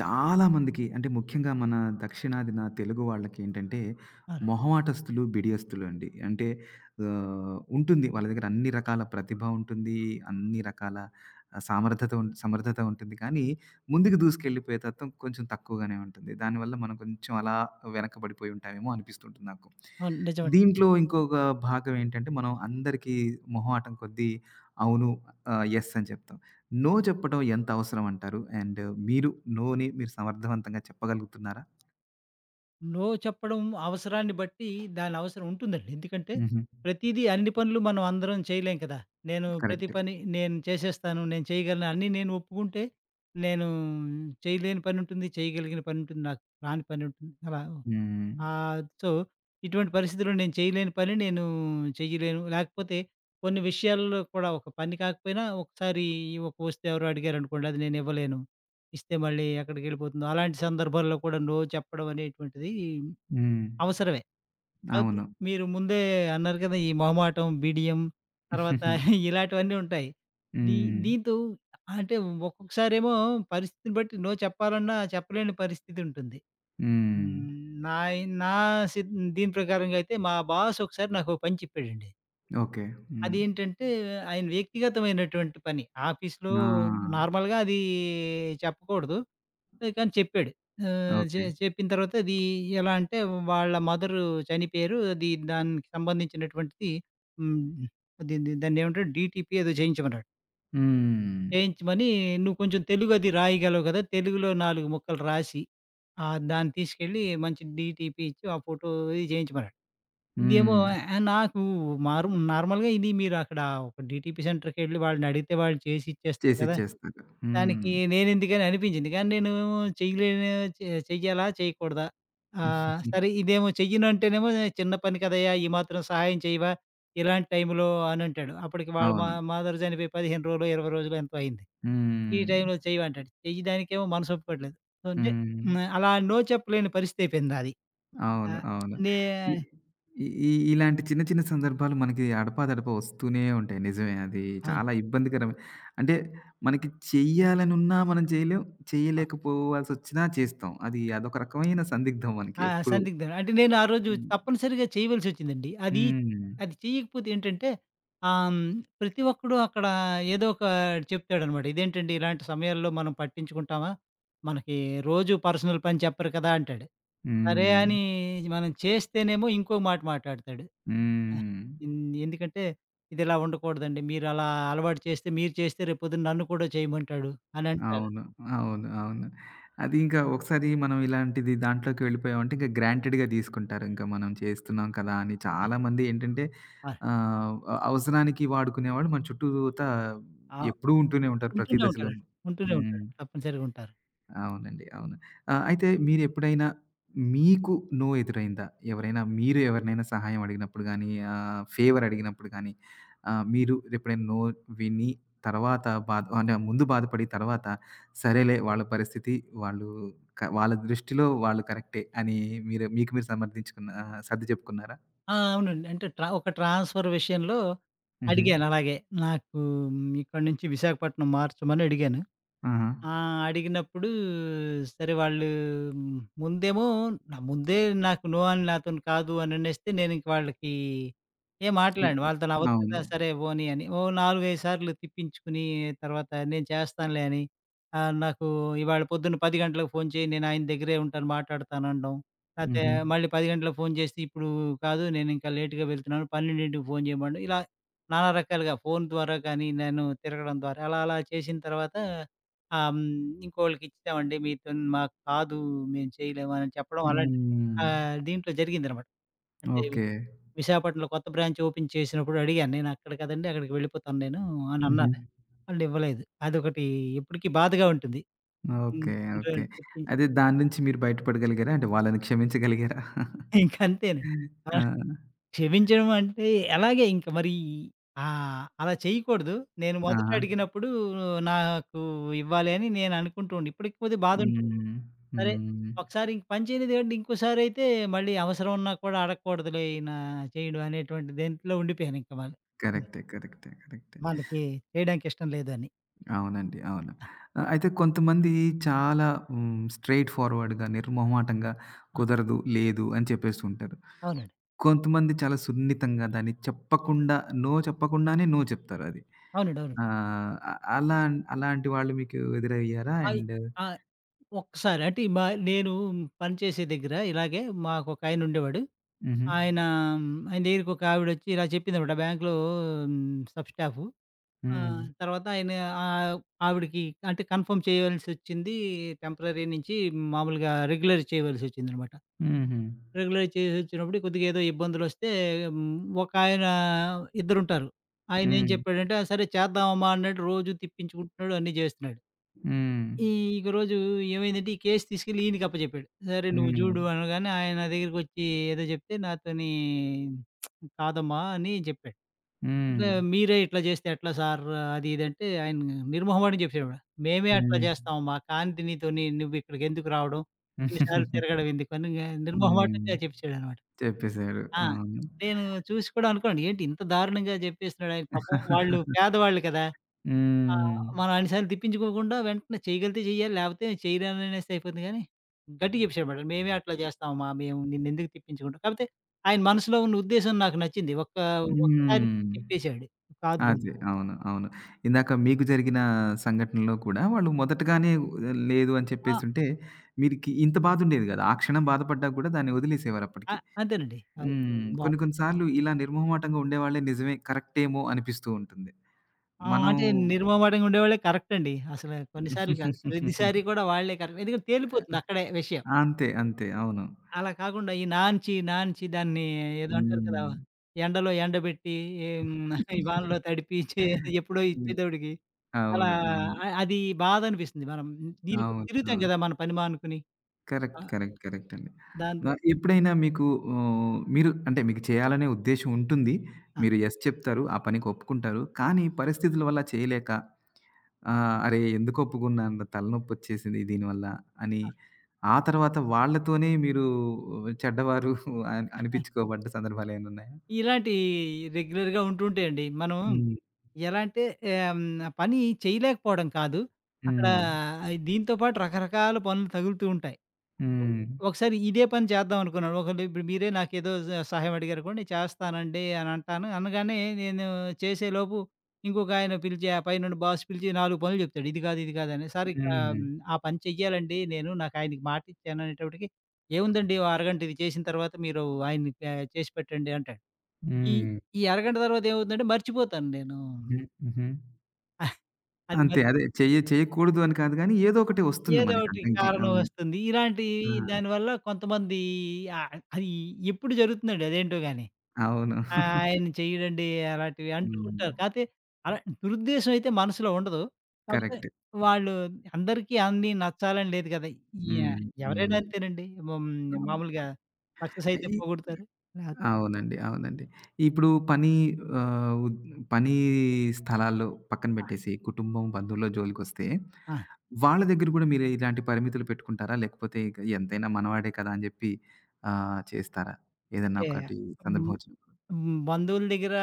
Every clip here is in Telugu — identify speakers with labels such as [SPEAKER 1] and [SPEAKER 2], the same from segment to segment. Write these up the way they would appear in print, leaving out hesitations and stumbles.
[SPEAKER 1] చాలా మందికి అంటే ముఖ్యంగా మన దక్షిణాదిన తెలుగు వాళ్ళకేంటంటే
[SPEAKER 2] అవునండి.
[SPEAKER 1] మొహమాటస్తులు, బిడియస్తులు అండి. అంటే ఉంటుంది వాళ్ళ దగ్గర అన్ని రకాల ప్రతిభ ఉంటుంది. అన్ని రకాల సామర్థత ఉం సమర్థత ఉంటుంది. కానీ ముందుకు దూసుకెళ్ళిపోయే తత్వం కొంచెం తక్కువగానే ఉంటుంది. దానివల్ల మనం కొంచెం అలా వెనకబడిపోయి ఉంటామేమో అనిపిస్తుంటుంది నాకు.
[SPEAKER 2] అవును. నిజమండి.
[SPEAKER 1] దీంట్లో ఇంకొక భాగం ఏంటంటే మనం అందరికీ మొహమాటం కొద్దీ అవును, యెస్ అని చెప్తాం. నో చెప్పటం ఎంత అవసరం అంటారు? అండ్ మీరు నోని మీరు సమర్థవంతంగా చెప్పగలుగుతున్నారా?
[SPEAKER 2] నో చెప్పడం అవసరాన్ని బట్టి దాని అవసరం ఉంటుందండి. ఎందుకంటే
[SPEAKER 1] హుహు.
[SPEAKER 2] ప్రతీదీ అన్ని పనులు మనం అందరం చేయలేం కదా! నేను ప్రతి
[SPEAKER 1] కరెక్ట్.
[SPEAKER 2] పని నేను చేసేస్తాను, నేను చేయగలను అన్నీ నేను ఒప్పుకుంటే నేను చేయలేని పని ఉంటుంది, చేయగలిగిన పని ఉంటుంది, నాకు రాని పని ఉంటుంది. అలా
[SPEAKER 1] హ్మ్.
[SPEAKER 2] ఆహ్, సో, ఇటువంటి పరిస్థితిలో నేను చేయలేని పని నేను చెయ్యలేను. లేకపోతే కొన్ని విషయాల్లో కూడా ఒక పని కాకపోయినా ఒకసారి ఒక వస్తువు ఎవరో అడిగారనుకోండి అది నేను ఇవ్వలేను. ఇస్తే మళ్ళీ ఎక్కడికెళ్ళిపోతుందో అలాంటి సందర్భాల్లో కూడా నో చెప్పడం అనేటువంటిది
[SPEAKER 1] హ్మ్.
[SPEAKER 2] అవసరమే. కాపోతే
[SPEAKER 1] అవును.
[SPEAKER 2] మీరు ముందే అన్నారు కదా! ఈ మొహమాటం, బిడియం తర్వాత ఇలాంటివన్నీ ఉంటాయి. దీ
[SPEAKER 1] హ్మ్.
[SPEAKER 2] దీంతో అంటే ఒక్కొక్కసారేమో పరిస్థితిని బట్టి నో చెప్పాలన్నా చెప్పలేని పరిస్థితి ఉంటుంది. హ్మ్.
[SPEAKER 1] హ్మ్.
[SPEAKER 2] నాయి నా సిద్ దీని ప్రకారంగా అయితే మా బాస్ ఒకసారి నాకో పని చెప్పాడండి.
[SPEAKER 1] ఓకే. హ్మ్.
[SPEAKER 2] అదేంటంటే ఆయన వ్యక్తిగతమైనటువంటి పని. ఆఫీస్‌లో
[SPEAKER 1] ఆ!
[SPEAKER 2] నార్మల్‌గా అది చెప్పకూడదు. కానీ చెప్పాడు. ఆహ్, చె
[SPEAKER 1] ఓకే.
[SPEAKER 2] చెప్పిన తర్వాత అది ఎలా అంటే వాళ్ళ మదరు చనిపోయారు. అది దానికి సంబంధించినటువంటిది. హ్మ్. అది దాన్నేమంటారు డీటీపీ ఏదో చేయించమన్నాడు.
[SPEAKER 1] హ్మ్.
[SPEAKER 2] చేయించమని, "నువ్వు కొంచెం తెలుగు అది రాయగలవు కదా! తెలుగులో 4 ముక్కలు రాసి, దాన్ని తీసుకెళ్ళి మంచి డీటీపీ ఇచ్చి, ఆ ఫోటో ఇది చేయించమన్నాడు." ఇదేమో
[SPEAKER 1] హ్మ్.
[SPEAKER 2] ఆహ్, నాకు నార్మల్‌గా ఇది మీరు అక్కడ ఒక డీటీపీ సెంటర్‌కెళ్ళి వాళ్ళని అడిగితే వాళ్ళు చేసి ఇచ్చేస్తారు కదా!
[SPEAKER 1] చేసిచ్చేస్తారు. హ్మ్.
[SPEAKER 2] దానికి నేనెందుకని అనిపించింది. కానీ నేను చెయ్యలేను చె చెయ్యాలా? చేయకూడదా? సరే ఇదేమో చెయ్యనంటేనేమో "చిన్న పని కదయ్యా! ఈ మాత్రం సహాయం చేయవా? ఇలాంటి టైంలో" అనంటాడు. అప్పటికి మా
[SPEAKER 1] అవును.
[SPEAKER 2] మదర్ చనిపోయి 15 రోజులో, 20 రోజులో ఎంతో అయింది. ఈ
[SPEAKER 1] హ్మ్.
[SPEAKER 2] టైంలో చెయ్యమంటాడు. చెయ్యడానికేమో మనసొప్పుకోవట్లేదు. సో, అంటే
[SPEAKER 1] హ్మ్.
[SPEAKER 2] హ్మ్. అలా నో చెప్పలేని పరిస్థితయిపోయింది నాది.
[SPEAKER 1] అవును.
[SPEAKER 2] ఆహ్,
[SPEAKER 1] అవును.
[SPEAKER 2] నే
[SPEAKER 1] ఇ ఈ ఈ ఇలాంటి చిన్న చిన్న సందర్భాలు మనకి అడపాదడపా వస్తూనే ఉంటాయి. నిజమే అది
[SPEAKER 2] అవును.
[SPEAKER 1] చాలా ఇబ్బందికరమే. అంటే మనకి చెయ్యాలనున్నా మనం చేయలేం.
[SPEAKER 2] ఆ!
[SPEAKER 1] చేయలేకపోవాల్సొచ్చినా చేస్తాం. అది అదొక రకమైన సందిగ్ధం మనకి
[SPEAKER 2] ఆ!
[SPEAKER 1] ఎప్పుడు.
[SPEAKER 2] సందిగ్ధం. అంటే నేను ఆ రోజు
[SPEAKER 1] హ్మ్.
[SPEAKER 2] తప్పనిసరిగా చేయవలసొచ్చిందండి. అది
[SPEAKER 1] హ్మ్.
[SPEAKER 2] అది చెయ్యకపోతే ఏంటంటే ఆహ్, హ్మ్. ప్రతి ఒక్కడు అక్కడ ఏదో ఒక చెప్తాడనమాట. ఇదేంటండి ఇలాంటి సమయాల్లో మనం పట్టించుకుంటామా? మనకి రోజు పర్సనల్ పని చెప్పరు కదా! అంటాడు. సరే
[SPEAKER 1] హ్మ్.
[SPEAKER 2] అని మనం చేస్తేనేమో ఇంకో మాట మాట్లాడతాడు. ఆ!
[SPEAKER 1] హ్మ్.
[SPEAKER 2] ఎన్ ఎందుకంటే, "ఇదిలా ఉండకూడదండి. మీరలా అలవాటు చేస్తే, మీరు చేస్తే రేపొద్దున నన్ను కూడా చేయమంటాడు" అనంటారు.
[SPEAKER 1] అవును. అవును. అవును. అది ఇంకా ఒకసారి మనం ఇలాంటిది దాంట్లోకి వెళ్ళిపోయామంటే ఇంక గ్రాంటెడ్‌గా తీసుకుంటారు. ఇంకా మనం చేస్తున్నాం కదా! అని చాలామంది ఏంటంటే
[SPEAKER 2] ఆ!
[SPEAKER 1] అవసరానికి వాడుకునేవాళ్ళు మన చుట్టూతా
[SPEAKER 2] ఆ!
[SPEAKER 1] ఎప్పుడూ ఉంటూనే ఉంటారు ప్రతి
[SPEAKER 2] ఉంటూనే ఉంటారండి.
[SPEAKER 1] దశలోనూ.
[SPEAKER 2] ఉంటూనే
[SPEAKER 1] హ్మ్.
[SPEAKER 2] ఉంటారు. తప్పనిసరిగా ఉంటారు.
[SPEAKER 1] అవునండి. అవును. అయితే మీరెప్పుడైనా మీకు నో ఎదురైందా? ఎవరైనా మీరు ఎవరినైనా సహాయం అడిగినప్పుడు గానీ, ఫేవర్ అడిగినప్పుడు గానీ, మీరు ఎప్పుడైనా నో విని తర్వాత బాధ అంటే ముందు బాధపడి తర్వాత సరేలే వాళ్ళ పరిస్థితి వాళ్ళు వాళ్ళ దృష్టిలో వాళ్ళు కరెక్టే అని మీరు మీకు మీరు సమర్థించుకున్న సర్ది చెప్పుకున్నారా?
[SPEAKER 2] ఆ! అవునండి. అంటే ఒక ట్రాన్స్‌ఫర్ విషయంలో
[SPEAKER 1] హుహు.
[SPEAKER 2] అడిగాను అలాగే. నాకు ఇక్కడి నుంచి విశాఖపట్నం మార్చమని అడిగాను.
[SPEAKER 1] ఆహా!
[SPEAKER 2] ఆ! అడిగినప్పుడు సరే వాళ్ళు ముందేమో నా ముందే నాకు నో అని నాతోని కాదు అని అనేస్తే నేనింక వాళ్ళకి ఏం
[SPEAKER 1] హ్మ్.
[SPEAKER 2] మాట్లాడను. హుహు. వాళ్ళతోని అవ్వదు
[SPEAKER 1] అవును.
[SPEAKER 2] కదా! సరే పోనీ అని. ఓ 4, 5 సార్లు తిప్పించుకుని తర్వాత నేను చేస్తానులే అని నాకు ఇవాళ పొద్దున్న 10 గంటలకు ఫోను చేయి నేను ఆయన దగ్గరే ఉంటాను మాట్లాడతాను అనడం. లేతే
[SPEAKER 1] హుహు.
[SPEAKER 2] మళ్ళీ 10 గంటలకు ఫోను చేసి ఇప్పుడు కాదు నేనింకా లేట్‌గా వెళ్తున్నాను 12కి ఫోను చేయమనడం. ఇలా నానా రకాలుగా ఫోను ద్వారా కానీ నేను తిరగడం ద్వారా అలా అలా చేసిన తర్వాత ఆ! హ్మ్. ఇంకోళ్ళకిచ్చామండి మీతోని మాకు కాదు, మేము చేయలేము అని చెప్పడం అలాంటి
[SPEAKER 1] హ్మ్.
[SPEAKER 2] దీంట్లో జరిగిందనమాట. అంటే
[SPEAKER 1] ఓకే.
[SPEAKER 2] విశాఖపట్నంలో కొత్త బ్రాంచ్ ఓపెన్ చేసినప్పుడు అడిగాను. నేను అక్కడ కదండీ అక్కడికి వెళ్ళిపోతాను నేను అని
[SPEAKER 1] హుహు.
[SPEAKER 2] అన్నాను. వాళ్ళు ఇవ్వలేదు. అదొకటి ఎప్పటికి బాధగా ఉంటుంది. హ్మ్.
[SPEAKER 1] ఓకే.
[SPEAKER 2] ఇంకా
[SPEAKER 1] ఓకే.
[SPEAKER 2] చెప్పించి
[SPEAKER 1] అదే దాని నుంచి మీరు బయటపడగలిగారా? అంటే వాళ్ళని క్షమించగలిగారా?
[SPEAKER 2] ఇంక అంతేనండి. ఆ!
[SPEAKER 1] ఆ!
[SPEAKER 2] క్షమించడం అంటే ఎలాగే ఇంక మరి ఆ! అలా చేయకూడదు. నేను మొదట
[SPEAKER 1] ఆహా!
[SPEAKER 2] అడిగినప్పుడు నాకు ఇవ్వాలి అని నేను అనుకుంటూ ఉండి ఇప్పటికి కొద్దిగా బాధుంటుంది.
[SPEAKER 1] హ్మ్.
[SPEAKER 2] సరే.
[SPEAKER 1] హ్మ్.
[SPEAKER 2] ఒకసారి ఇంక పని చేయనిది కాబట్టి ఇంకోసారయితే మళ్ళీ అవసరం ఉన్నా కూడా అడగకూడదులే ఈయన చేయడు అనేటువంటి దేంట్లో ఉండిపోయాను ఇంక మళ్ళీ. హ్మ్.
[SPEAKER 1] కరెక్టే. కరెక్టే. కరెక్టే.
[SPEAKER 2] మనకి చేయడానికి ఇష్టం లేదని.
[SPEAKER 1] అవునండి. అవును. అయితే కొంతమంది చాలా హ్మ్, స్ట్రెయిట్ ఫార్వర్డ్‌గా, నిర్మొహమాటంగా
[SPEAKER 2] ఆ!
[SPEAKER 1] కుదరదు, లేదు అని చెప్పేస్తూ ఉంటారు.
[SPEAKER 2] అవునండి.
[SPEAKER 1] కొంతమంది చాలా సున్నితంగా దాన్ని చెప్పకుండా నో చెప్పకుండానే నో చెప్తారు అది.
[SPEAKER 2] అవునండి. అవునండి.
[SPEAKER 1] ఆ! అలా అలాంటి వాళ్ళు మీకు ఎదురయ్యారా?
[SPEAKER 2] అయి
[SPEAKER 1] అండ్
[SPEAKER 2] ఆ! ఒక్కసారి అంటే నేను పని చేసే దగ్గర ఇలాగే మాకొక ఆయన ఉండేవాడు.
[SPEAKER 1] హుహు.
[SPEAKER 2] ఆయన మ్, ఆయన దగ్గరికి ఒక ఆవిడొచ్చి ఇలా చెప్పిందనమాట బ్యాంక్‌లో హ్మ్. Sub staff.
[SPEAKER 1] హ్మ్.
[SPEAKER 2] తర్వాత ఆయన ఆహ్, ఆవిడకి అంటే కన్ఫర్మ్ చేయవలసొచ్చింది. టెంపరరీ నుంచి మామూలుగా రెగ్యులర్ చేయవలసొచ్చిందనమాట.
[SPEAKER 1] హుహు.
[SPEAKER 2] రెగ్యులర్ చేసొచ్చినప్పుడు కొద్దిగా ఏదో ఇబ్బందులొస్తే హ్మ్, ఒకాయన ఇద్దరుంటారు. ఆయనేం
[SPEAKER 1] హ్మ్.
[SPEAKER 2] చెప్పాడంటే, "ఆ! సరే చేద్దామమ్మా" అన్నట్టు రోజు తిప్పించుకుంటున్నాడు, అన్నీ జేస్తున్నాడు.
[SPEAKER 1] హ్మ్.
[SPEAKER 2] ఈ ఒక రోజు ఏమైందంటే, ఈ కేస్ తీసుకెళ్ళి ఈయనకి అప్పజెప్పాడు. "సరే నువ్వు
[SPEAKER 1] హ్మ్.
[SPEAKER 2] జూడు" అనగానే ఆయన నా దగ్గరికొచ్చి ఏదో జెప్తే నాతోని "కాదమ్మా" అని జెప్పాడు.
[SPEAKER 1] హ్మ్.
[SPEAKER 2] "అట్లా మీరే ఇట్లా జేస్తే ఎట్లా సార్" అది ఇది అంటే ఆయన నిర్మొహమాటం జెప్పేసాడు. "మేమే అట్లా
[SPEAKER 1] హ్మ్.
[SPEAKER 2] జేస్తామమ్మా. కానిది నీతోని నువ్వెక్కడికెందుకు రావడం? ఇన్ని సార్లు తిరగడం ఎందుకు" అని
[SPEAKER 1] హ్మ్.
[SPEAKER 2] నిర్మొహమాటంగా చెప్పేసాడనమాట.
[SPEAKER 1] చెప్పేసారు.
[SPEAKER 2] ఆ!
[SPEAKER 1] అవును.
[SPEAKER 2] నేను చూసి కూడా అనుకోండి. ఏంటి ఇంత దారుణంగా జెప్పేస్తున్నాడు ఆయన పాపం వాళ్ళు పేదవాళ్ళు కదా!
[SPEAKER 1] హ్మ్.
[SPEAKER 2] మనం అన్నిసార్లు తిప్పించుకోకుండా వెంటనే చేయగలిగితే చేయాలి. లేకపోతే చేయరనేసి అయిపోతుంది గానీ, గట్టిగా చెప్పేసాడు మాట. మేమే అట్లా చేస్తామమ్మా! మేము నిన్నెందుకు తిప్పించుకుంటాం. కాకపోతే ఆయన మనసులో ఉన్న ఉద్దేశం నాకు నచ్చింది. ఒక్కసారికే
[SPEAKER 1] హ్మ్.
[SPEAKER 2] చెప్పేసాడు. కాదు అని.
[SPEAKER 1] అదే. అవును. అవును. ఇందాక మీకు జరిగిన సంఘటనలో కూడా వాళ్ళు మొదటగానే లేదు అని
[SPEAKER 2] ఆ!
[SPEAKER 1] చెప్పేసుంటే, మీరికి ఇంత బాధుండేది గాదు. ఆ క్షణం బాధపడ్డా కూడా దాన్ని
[SPEAKER 2] అ
[SPEAKER 1] వదిలేసేవారప్పటికి.
[SPEAKER 2] అంతేనండి. ఆహ్,
[SPEAKER 1] హ్మ్. కొన్ని
[SPEAKER 2] బాట
[SPEAKER 1] కొన్ని సార్లు ఇలా నిర్మొహమాటంగా ఉండేవాళ్ళే నిజమే కరెక్టేమో అనిపిస్తూ ఉంటుంది.
[SPEAKER 2] ఆ!
[SPEAKER 1] మనం
[SPEAKER 2] అంటే నిర్మమాటంగా ఉండేవాళ్ళే కరెక్ట్ అండి. అసలు కొన్ని సార్లు కాదు. ప్రతిసారి కూడా వాళ్ళే కరెక్ట్. ఎందుకంటే తేలిపోతుంది అక్కడే విషయం.
[SPEAKER 1] అంతే. అంతే. అవును.
[SPEAKER 2] అలా కాకుండా ఈ నాంచి దాన్ని ఏదో హ్మ్. అంటారు కదా!
[SPEAKER 1] హ్మ్.
[SPEAKER 2] ఎండలో ఎండబెట్టి హ్మ్. ఈ వానలో తడిపి ఎప్పుడో
[SPEAKER 1] ని
[SPEAKER 2] ఇచ్చేదోడికి అలా
[SPEAKER 1] అవును. అవును.
[SPEAKER 2] అది బాధనిపిస్తుంది. మనం దీనికోసం
[SPEAKER 1] అవును.
[SPEAKER 2] తిరుగుతాం
[SPEAKER 1] అవును.
[SPEAKER 2] కదా! మన పని మానుకుని.
[SPEAKER 1] కరెక్ట్.
[SPEAKER 2] ఆహ్,
[SPEAKER 1] కరెక్ట్. కరెక్ట్ అండి.
[SPEAKER 2] దాంతో
[SPEAKER 1] ఎప్పుడైనా మీకు మీరు అంటే మీకు చేయాలనే ఉద్దేశ్యం ఉంటుంది.
[SPEAKER 2] ఆ!
[SPEAKER 1] మీరు యెస్ చెప్తారు. ఆ పనికి ఒప్పుకుంటారు. కానీ పరిస్థితుల వల్ల చేయలేక అరే! ఎందుకు ఒప్పుకున్నాను తలనొప్పొచ్చేసింది దీనివల్ల అని ఆ తర్వాత వాళ్ళతోనే మీరు చెడ్డవారు అని అనిపించుకోబడ్డ సందర్భాలేమైనా ఉన్నాయా?
[SPEAKER 2] ఇలాంటియి రెగ్యులర్‌గా ఉంటుంటాయండి. మనం
[SPEAKER 1] హ్మ్.
[SPEAKER 2] ఎలా అంటే పని చేయలేకపోవడం కాదు. అక్కడ
[SPEAKER 1] హ్మ్.
[SPEAKER 2] దీంతో పాటు రకరకాల పనులు తగులుతూ ఉంటాయి. అవును.
[SPEAKER 1] హ్మ్.
[SPEAKER 2] ఒకసారి ఇదే పని చేద్దాం అనుకున్నాను. ఒకళ్ళు ఇప్పుడు మీరే నాకేదో సహాయం అడిగారనుకోండి, "చేస్తానండి" అని అంటాను. అనగానే నేను చేసేలోపు ఇంకొక ఆయన పిలిచి, ఆ పైనున్న బాస్ పిలిచి 4 పనులు చెప్తాడు. "ఇది కాదు, ఇది కాదు" అని. "సార్ ఇక
[SPEAKER 1] హ్మ్.
[SPEAKER 2] హ్మ్, ఆ పని చెయ్యాలండి నేను. నాకు ఆయనకి మాటిచ్చాను" అనేటప్పటికి, "ఏముందండి ఓ అరగంట ఇది చేసిన తర్వాత మీరు ఆయనకి చేసి పెట్టండి" అంటాడు. ఈ
[SPEAKER 1] హ్మ్.
[SPEAKER 2] ఈ అరగంట తర్వాత ఏమవుతుందంటే మర్చిపోతాను నేను.
[SPEAKER 1] హ్మ్. హుహు.
[SPEAKER 2] అది
[SPEAKER 1] అంతే.
[SPEAKER 2] మర్
[SPEAKER 1] అదే చేయకూడదు అని కాదు గానీ, ఏదో ఒకటి వస్తుంది
[SPEAKER 2] ఏదో
[SPEAKER 1] మనకి
[SPEAKER 2] ఒకటి
[SPEAKER 1] అడ్డంకి.
[SPEAKER 2] కారణం
[SPEAKER 1] అవును.
[SPEAKER 2] వస్తుంది. ఇలాంటివి
[SPEAKER 1] ఆ!
[SPEAKER 2] దానివల్ల కొంతమంది అది ఎప్పుడు జరుగుతుందండి అదేంటో గాని.
[SPEAKER 1] అవును.
[SPEAKER 2] ఆయన చెయ్యడండి అలాంటివి అంటూ
[SPEAKER 1] హ్మ్.
[SPEAKER 2] ఉంటారు. కాతే అలా దురుద్దేశం అయితే మనసులో ఉండదు. కాపోతే
[SPEAKER 1] కరెక్ట్.
[SPEAKER 2] వాళ్ళు అందరికీ అన్నీ నచ్చాలని లేదు కదా! యాహ్!
[SPEAKER 1] హ్మ్. హ్మ్.
[SPEAKER 2] ఎవరైనా అంతేనండి. హ్మ్.
[SPEAKER 1] అవును.
[SPEAKER 2] మామూలుగా సక్సెస్ అయితే
[SPEAKER 1] ఈ
[SPEAKER 2] పోగొడతారు. లేకపోతే
[SPEAKER 1] అవునండి. అవునండి. ఇప్పుడు పని ఆహ్, ఉద్ పని స్థలాల్లో పక్కన పెట్టేసి, కుటుంబం, బంధువుల జోలికొస్తే,
[SPEAKER 2] ఆ!
[SPEAKER 1] వాళ్ళ దగ్గర గూడా మీరు ఇలాంటి పరిమితులు పెట్టుకుంటారా? లేకపోతే ఇక ఎంతైనా మనవాడే కదా! అని జెప్పి చేస్తారా? ఏదన్నా
[SPEAKER 2] అంటే
[SPEAKER 1] ఒకటి సందర్భం
[SPEAKER 2] హ్మ్.
[SPEAKER 1] వచ్చినప్పుడు?
[SPEAKER 2] హ్మ్. బంధువుల దగ్గర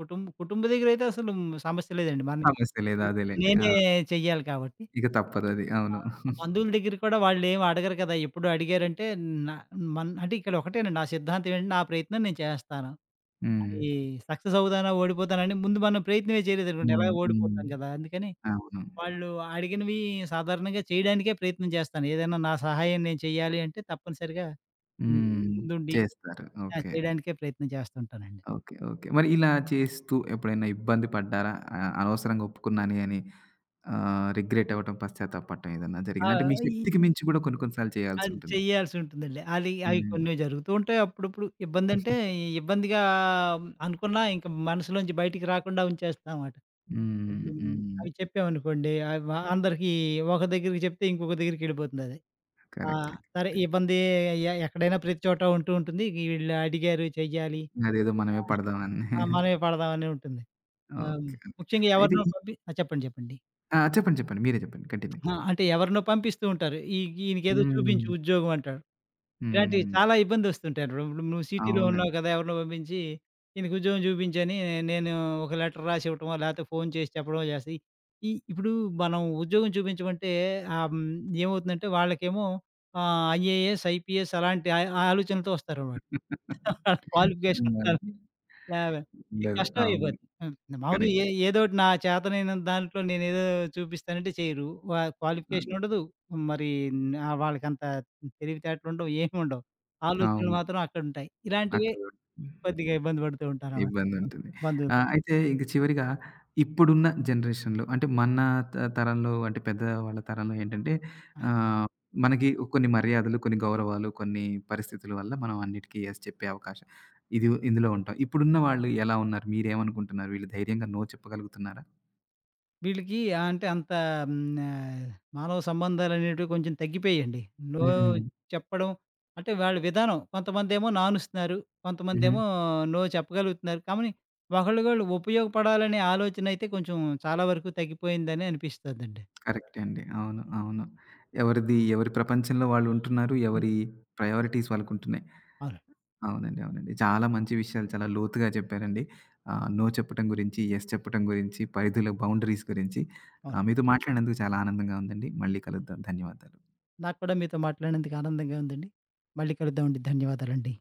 [SPEAKER 2] కుటుంబ కుటుంబ దగ్గరైతే అసలు సమస్య లేదండి. మనకి
[SPEAKER 1] సమస్య లేదు. అదేలెండి. ఆ!
[SPEAKER 2] నేనే చెయ్యాలి కాబట్టి.
[SPEAKER 1] ఇక తప్పదది. అవును.
[SPEAKER 2] బంధువుల దగ్గర కూడా వాళ్ళేమి అడగరు కదా! ఎప్పుడు అడిగారంటే నా మన్ అంటే ఇక్కడ ఒకటేనండి నా సిద్ధాంతం ఏంటంటే, నా ప్రయత్నం నేను చేస్తాను.
[SPEAKER 1] హ్మ్.
[SPEAKER 2] అది సక్సెస్ అవుతానా, ఓడిపోతానని ముందు మనం ప్రయత్నమే చేయలేదనుకోండి
[SPEAKER 1] హ్మ్.
[SPEAKER 2] ఎలాగో
[SPEAKER 1] హ్మ్.
[SPEAKER 2] ఓడిపోతాం కదా! అందుకని
[SPEAKER 1] అవును.
[SPEAKER 2] వాళ్ళు అడిగినవి సాధారణంగా చేయడానికే ప్రయత్నం చేస్తాను. ఏదైనా నా సహాయం నేను చేయాలి అంటే తప్పనిసరిగా హ్మ్.
[SPEAKER 1] హ్మ్.
[SPEAKER 2] ముందుండి
[SPEAKER 1] చేస్తారు.
[SPEAKER 2] ఆ!
[SPEAKER 1] ఓకే.
[SPEAKER 2] చేయడానికే ప్రయత్నం చేస్తుంటానండి.
[SPEAKER 1] ఓకే. ఓకే. మరి ఇలా చేస్తూ ఎప్పుడైనా ఇబ్బంది పడ్డారా? అనవసరంగా ఒప్పుకున్నానే అని రిగ్రెట్ అవ్వటం, పశ్చాత్తాపడటం ఏదన్నా
[SPEAKER 2] ఆ!
[SPEAKER 1] జరిగిందా? అంటే మీ
[SPEAKER 2] ఈ
[SPEAKER 1] శక్తికి మించి కూడా కొన్ని కొన్ని సార్లు
[SPEAKER 2] అది
[SPEAKER 1] చేయాల్సుంటుంది.
[SPEAKER 2] చెయ్యాల్సుంటుందండి. అవి
[SPEAKER 1] హ్మ్.
[SPEAKER 2] కొన్ని జరుగుతూ ఉంటాయి. అప్పుడప్పుడు ఇబ్బందంటే, ఇబ్బందిగా అనుకున్నా ఇంక మనసులోంచి బయటికి రాకుండా ఉంచేస్తామాట.
[SPEAKER 1] హ్మ్.
[SPEAKER 2] ఇప్పుడు
[SPEAKER 1] హ్మ్.
[SPEAKER 2] అవి చెప్పామనుకోండి, అవి వ అందరికీ ఒక దగ్గరికి చెప్తే ఇంకొక దగ్గరికెళ్ళిపోతుందది. ఆ!
[SPEAKER 1] కరెక్టే.
[SPEAKER 2] సరే
[SPEAKER 1] కరెక్టే.
[SPEAKER 2] ఈ ఇబ్బంది ఎక్కడైనా ప్రతి చోట ఉంటూ ఉంటుంది. వీళ్ళు అడిగారు చెయ్యాలి.
[SPEAKER 1] అదేదో మనమే పడదామని.
[SPEAKER 2] ఆ! మనమే పడదామని ఉంటుంది. ఆహ్,
[SPEAKER 1] ఓకే. ఓకే.
[SPEAKER 2] ముఖ్యంగా
[SPEAKER 1] అయితే
[SPEAKER 2] ఎవరినో
[SPEAKER 1] ఈ
[SPEAKER 2] పంపి ఆ! చెప్పండి. చెప్పండి.
[SPEAKER 1] ఆ! చెప్పండి. చెప్పండి. మీరే చెప్పండి. కంటిన్యూ.
[SPEAKER 2] ఆ! అంటే ఎవరినో పంపిస్తూ ఉంటారు. ఈ ఈయనకేదో చూపించు
[SPEAKER 1] హ్మ్.
[SPEAKER 2] ఉద్యోగం అంటాడు. ఇలాంటివి
[SPEAKER 1] హ్మ్.
[SPEAKER 2] చాలా ఇబ్బందొస్తుంటాను. ఇప్పుడు నువ్వు నువ్వు సిటీలో
[SPEAKER 1] అవునండి.
[SPEAKER 2] ఉన్నావు కదా! ఎవరినో పంపించి, ఈయనకు ఉద్యోగం చూపించని నేను ఒక లెటర్ రాసివ్వటమో, లేకపోతే ఫోను చేసి చెప్పడమో చేసి, ఇప్పుడు మనం ఉద్యోగం చూపించమంటే ఆహ్, హ్మ్, ఏమవుతుందంటే వాళ్ళకేమో ఐఏఎస్, ఐపీఎస్ అలాంటి ఆ ఆ ఆలోచనలతో వస్తారనమాట. క్వాలిఫికేషన్ లేవ ఇది
[SPEAKER 1] ఉండదు. అవును.
[SPEAKER 2] కష్టమైపోతుంది. హ్మ్. మామూలుగా
[SPEAKER 1] కరెక్టే.
[SPEAKER 2] ఏదోటి నా చేతనైనంత దాంట్లో నేనేదో చూపిస్తానంటే చేయరు.
[SPEAKER 1] ఆ!
[SPEAKER 2] క్వాలిఫికేషన్ ఉండదు. మరి వాళ్ళకంత తెలివితేటలుండవు, ఏముండవు. ఆలోచనలు
[SPEAKER 1] అవును.
[SPEAKER 2] మాత్రం అక్కడుంటాయి. ఇలాంటివే
[SPEAKER 1] అక్కడ
[SPEAKER 2] కొద్దిగా ఇబ్బంది పడుతూ ఉంటారన్నమాట.
[SPEAKER 1] ఇబ్బందుంటుంది.
[SPEAKER 2] బంధువులు.
[SPEAKER 1] అయితే ఇంక చివరిగా ఇప్పుడున్న జనరేషన్‌లో అంటే మన తరంలో అంటే పెద్దవాళ్ళ తరంలో ఏంటంటే ఆహ్, మనకి కొన్ని మర్యాదలు, కొన్ని గౌరవాలు, కొన్ని పరిస్థితుల వల్ల మనం అన్నిటికీ యెస్ చెప్పే అవకాశం ఇది ఇందులో ఉంటాం. ఇప్పుడున్న వాళ్ళు ఎలా ఉన్నారు? మీరేమనుకుంటున్నారు? వీళ్ళు ధైర్యంగా నో చెప్పగలుగుతున్నారా?
[SPEAKER 2] వీళ్ళకి అంటే అంత హ్మ్. ఆహ్, మానవ సంబంధాలనేటివి కొంచెం తగ్గిపోయాయండి. నో
[SPEAKER 1] హ్మ్.
[SPEAKER 2] హ్మ్. చెప్పడం అంటే వాళ్ళ విధానం. కొంతమందేమో నానుస్తున్నారు.
[SPEAKER 1] హుహు.
[SPEAKER 2] కొంతమందేమో నో చెప్పగలుగుతున్నారు. కానీ ఒకళ్ళకొళ్ళు ఉపయోగపడాలనే ఆలోచనయితే కొంచెం చాలా వరకు తగ్గిపోయిందని అనిపిస్తదండి.
[SPEAKER 1] కరెక్టే అండి. అవును. అవును. ఎవరిది ఎవరి ప్రపంచంలో వాళ్ళుంటున్నారు.
[SPEAKER 2] హ్మ్.
[SPEAKER 1] ఎవరి ప్రయారిటీస్ వాళ్ళకుంటున్నాయి.
[SPEAKER 2] అవును.
[SPEAKER 1] అవునండి. అవునండి. చాలా మంచి విషయాలు చాలా లోతుగా చెప్పారండి. నో చెప్పటం గురించి, యెస్ చెప్పటం గురించి, పరిధుల బౌండరీస్ గురించి
[SPEAKER 2] అవును.
[SPEAKER 1] మీతో మాట్లాడినందుకు చాలా ఆనందంగా ఉందండి. మళ్ళీ కలుద్దాం. ధన్యవాదాలు.
[SPEAKER 2] నాకు కూడా మీతో మాట్లాడినందుకు ఆనందంగా ఉందండి. మళ్ళీ కలుద్దామండి. ధన్యవాదాలండి.